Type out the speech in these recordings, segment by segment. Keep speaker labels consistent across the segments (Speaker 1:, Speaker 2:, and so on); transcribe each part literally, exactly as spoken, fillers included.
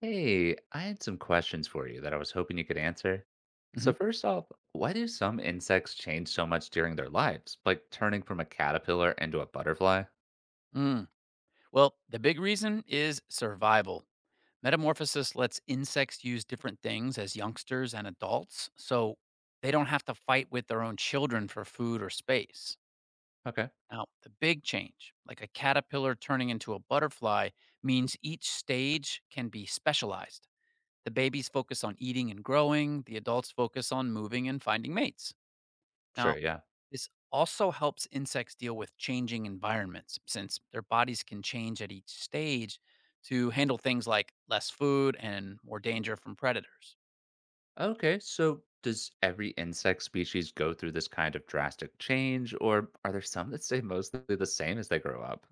Speaker 1: Hey, I had some questions for you that I was hoping you could answer. So,
Speaker 2: Mhm.
Speaker 1: first off, why do some insects change so much during their lives, like turning from a caterpillar into a butterfly?
Speaker 2: Mm. Well, the big reason is survival. Metamorphosis lets insects use different things as youngsters and adults, so they don't have to fight with their own children for food or space.
Speaker 1: Okay,
Speaker 2: Now, the big change, like a caterpillar turning into a butterfly, means each stage can be specialized. The babies focus on eating and growing, the adults focus on moving and finding mates.
Speaker 1: sure,
Speaker 2: Now,
Speaker 1: yeah.
Speaker 2: this also helps insects deal with changing environments since their bodies can change at each stage to handle things like less food and more danger from predators.
Speaker 1: Okay, so does every insect species go through this kind of drastic change, or are there some that stay mostly the same as they grow up?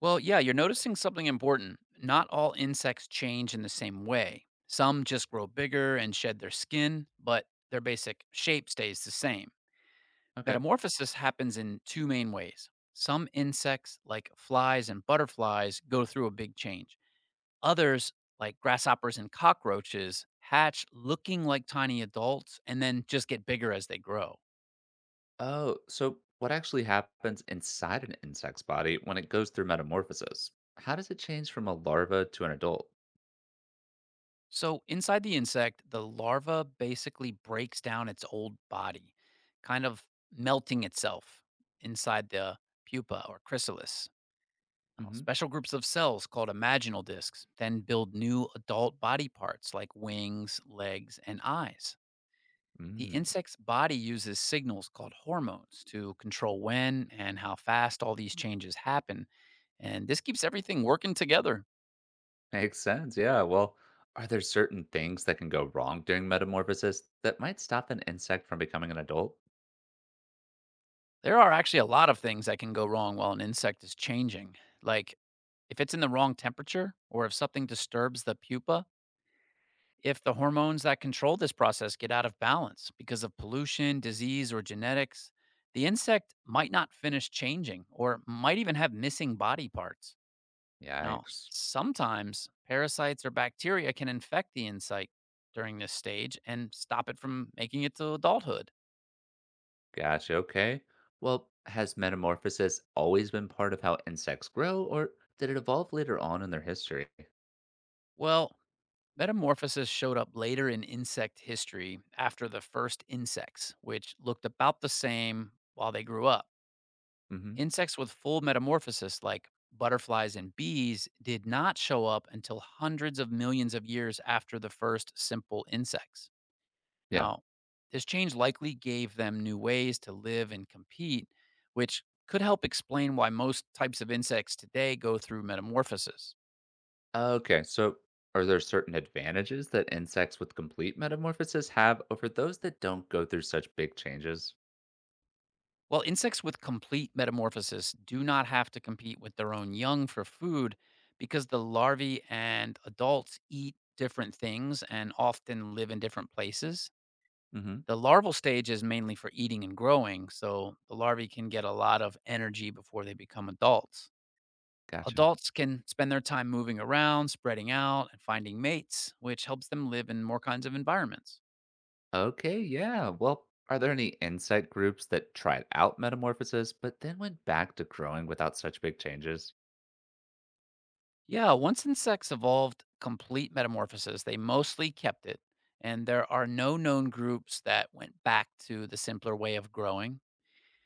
Speaker 2: Well, yeah, you're noticing something important. Not all insects change in the same way. Some just grow bigger and shed their skin, but their basic shape stays the same.
Speaker 1: Okay.
Speaker 2: Metamorphosis happens in two main ways. Some insects, like flies and butterflies, go through a big change. Others, like grasshoppers and cockroaches, hatch looking like tiny adults and then just get bigger as they grow.
Speaker 1: Oh, so what actually happens inside an insect's body when it goes through metamorphosis? How does it change from a larva to an adult?
Speaker 2: So, inside the insect, the larva basically breaks down its old body, kind of melting itself inside the pupa or chrysalis. Now, special groups of cells called imaginal discs then build new adult body parts like wings, legs, and eyes. The
Speaker 1: Mm-hmm.
Speaker 2: insect's body uses signals called hormones to control when and how fast all these changes happen. And this keeps everything working together.
Speaker 1: Makes sense. Yeah. Well, are there certain things that can go wrong during metamorphosis that might stop an insect from becoming an adult?
Speaker 2: There are actually a lot of things that can go wrong while an insect is changing, like if it's in the wrong temperature or if something disturbs the pupa. If the hormones that control this process get out of balance because of pollution, disease, or genetics, the insect might not finish changing or might even have missing body parts. Now,
Speaker 1: Yikes.
Speaker 2: sometimes parasites or bacteria can infect the insect during this stage and stop it from making it to adulthood.
Speaker 1: Gotcha. Okay. Well, has metamorphosis always been part of how insects grow, or did it evolve later on in their history?
Speaker 2: Well, metamorphosis showed up later in insect history after the first insects, which looked about the same while they grew up.
Speaker 1: Hmm.
Speaker 2: Insects with full metamorphosis, like butterflies and bees, did not show up until hundreds of millions of years after the first simple insects.
Speaker 1: Yeah.
Speaker 2: Now, this change likely gave them new ways to live and compete, which could help explain why most types of insects today go through metamorphosis.
Speaker 1: Okay. So, are there certain advantages that insects with complete metamorphosis have over those that don't go through such big changes?
Speaker 2: While insects with complete metamorphosis do not have to compete with their own young for food because the larvae and adults eat different things and often live in different places,
Speaker 1: Hmm.
Speaker 2: the larval stage is mainly for eating and growing, so the larvae can get a lot of energy before they become adults.
Speaker 1: Gotcha.
Speaker 2: Adults can spend their time moving around, spreading out, and finding mates, which helps them live in more kinds of environments.
Speaker 1: Okay, yeah. Well, are there any insect groups that tried out metamorphosis but then went back to growing without such big changes?
Speaker 2: Yeah, once insects evolved complete metamorphosis, they mostly kept it, and there are no known groups that went back to the simpler way of growing.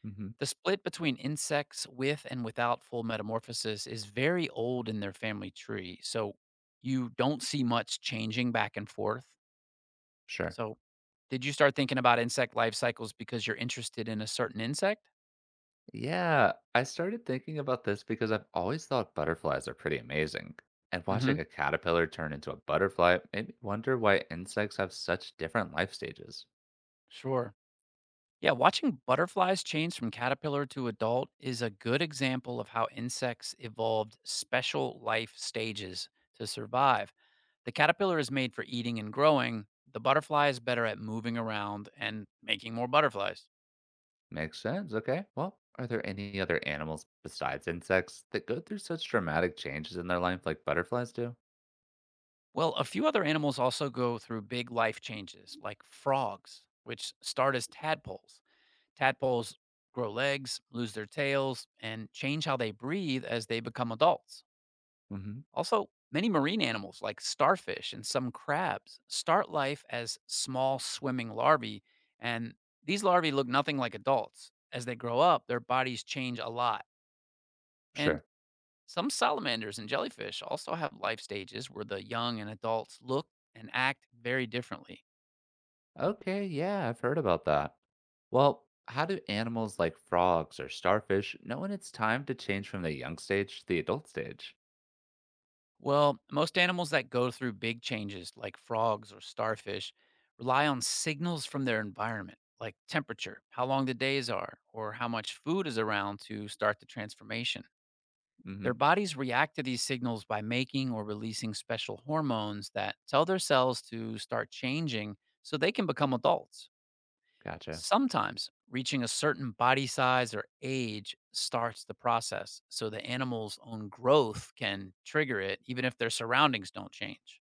Speaker 1: Hmm.
Speaker 2: The split between insects with and without full metamorphosis is very old in their family tree, so you don't see much changing back and forth.
Speaker 1: Sure.
Speaker 2: So, did you start thinking about insect life cycles because you're interested in a certain insect?
Speaker 1: Yeah, I started thinking about this because I've always thought butterflies are pretty amazing. And
Speaker 2: Mhm.
Speaker 1: watching a caterpillar turn into a butterfly made me wonder why insects have such different life stages.
Speaker 2: Sure. Yeah, watching butterflies change from caterpillar to adult is a good example of how insects evolved special life stages to survive. The caterpillar is made for eating and growing, the butterfly is better at moving around and making more butterflies.
Speaker 1: Makes sense. Okay. Well, are there any other animals besides insects that go through such dramatic changes in their life like butterflies do?
Speaker 2: Well, a few other animals also go through big life changes, like frogs, which start as tadpoles. Tadpoles grow legs, lose their tails, and change how they breathe as they become adults.
Speaker 1: Hmm.
Speaker 2: Also, many marine animals like starfish and some crabs start life as small swimming larvae, and these larvae look nothing like adults. As they grow up, their bodies change a lot. And
Speaker 1: Sure.
Speaker 2: some salamanders and jellyfish also have life stages where the young and adults look and act very differently.
Speaker 1: Okay, yeah, I've heard about that. Well, how do animals like frogs or starfish know when it's time to change from the young stage to the adult stage?
Speaker 2: Well, most animals that go through big changes, like frogs or starfish, rely on signals from their environment, like temperature, how long the days are, or how much food is around to start the transformation. Their
Speaker 1: Mm-hmm.
Speaker 2: bodies react to these signals by making or releasing special hormones that tell their cells to start changing so they can become adults.
Speaker 1: Gotcha.
Speaker 2: Sometimes reaching a certain body size or age starts the process, so the animal's own growth can trigger it, even if their surroundings don't change.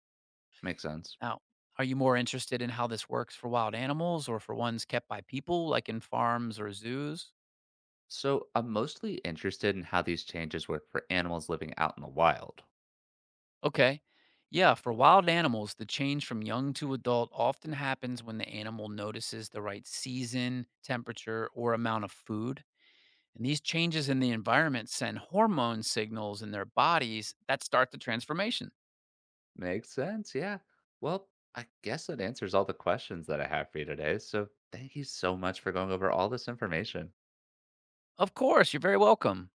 Speaker 1: Makes sense.
Speaker 2: Now, are you more interested in how this works for wild animals or for ones kept by people, like in farms or zoos?
Speaker 1: So I'm mostly interested in how these changes work for animals living out in the wild.
Speaker 2: Okay. Yeah, for wild animals, the change from young to adult often happens when the animal notices the right season, temperature, or amount of food. And these changes in the environment send hormone signals in their bodies that start the transformation.
Speaker 1: Makes sense, yeah. Well, I guess that answers all the questions that I have for you today. So thank you so much for going over all this information.
Speaker 2: Of course, you're very welcome.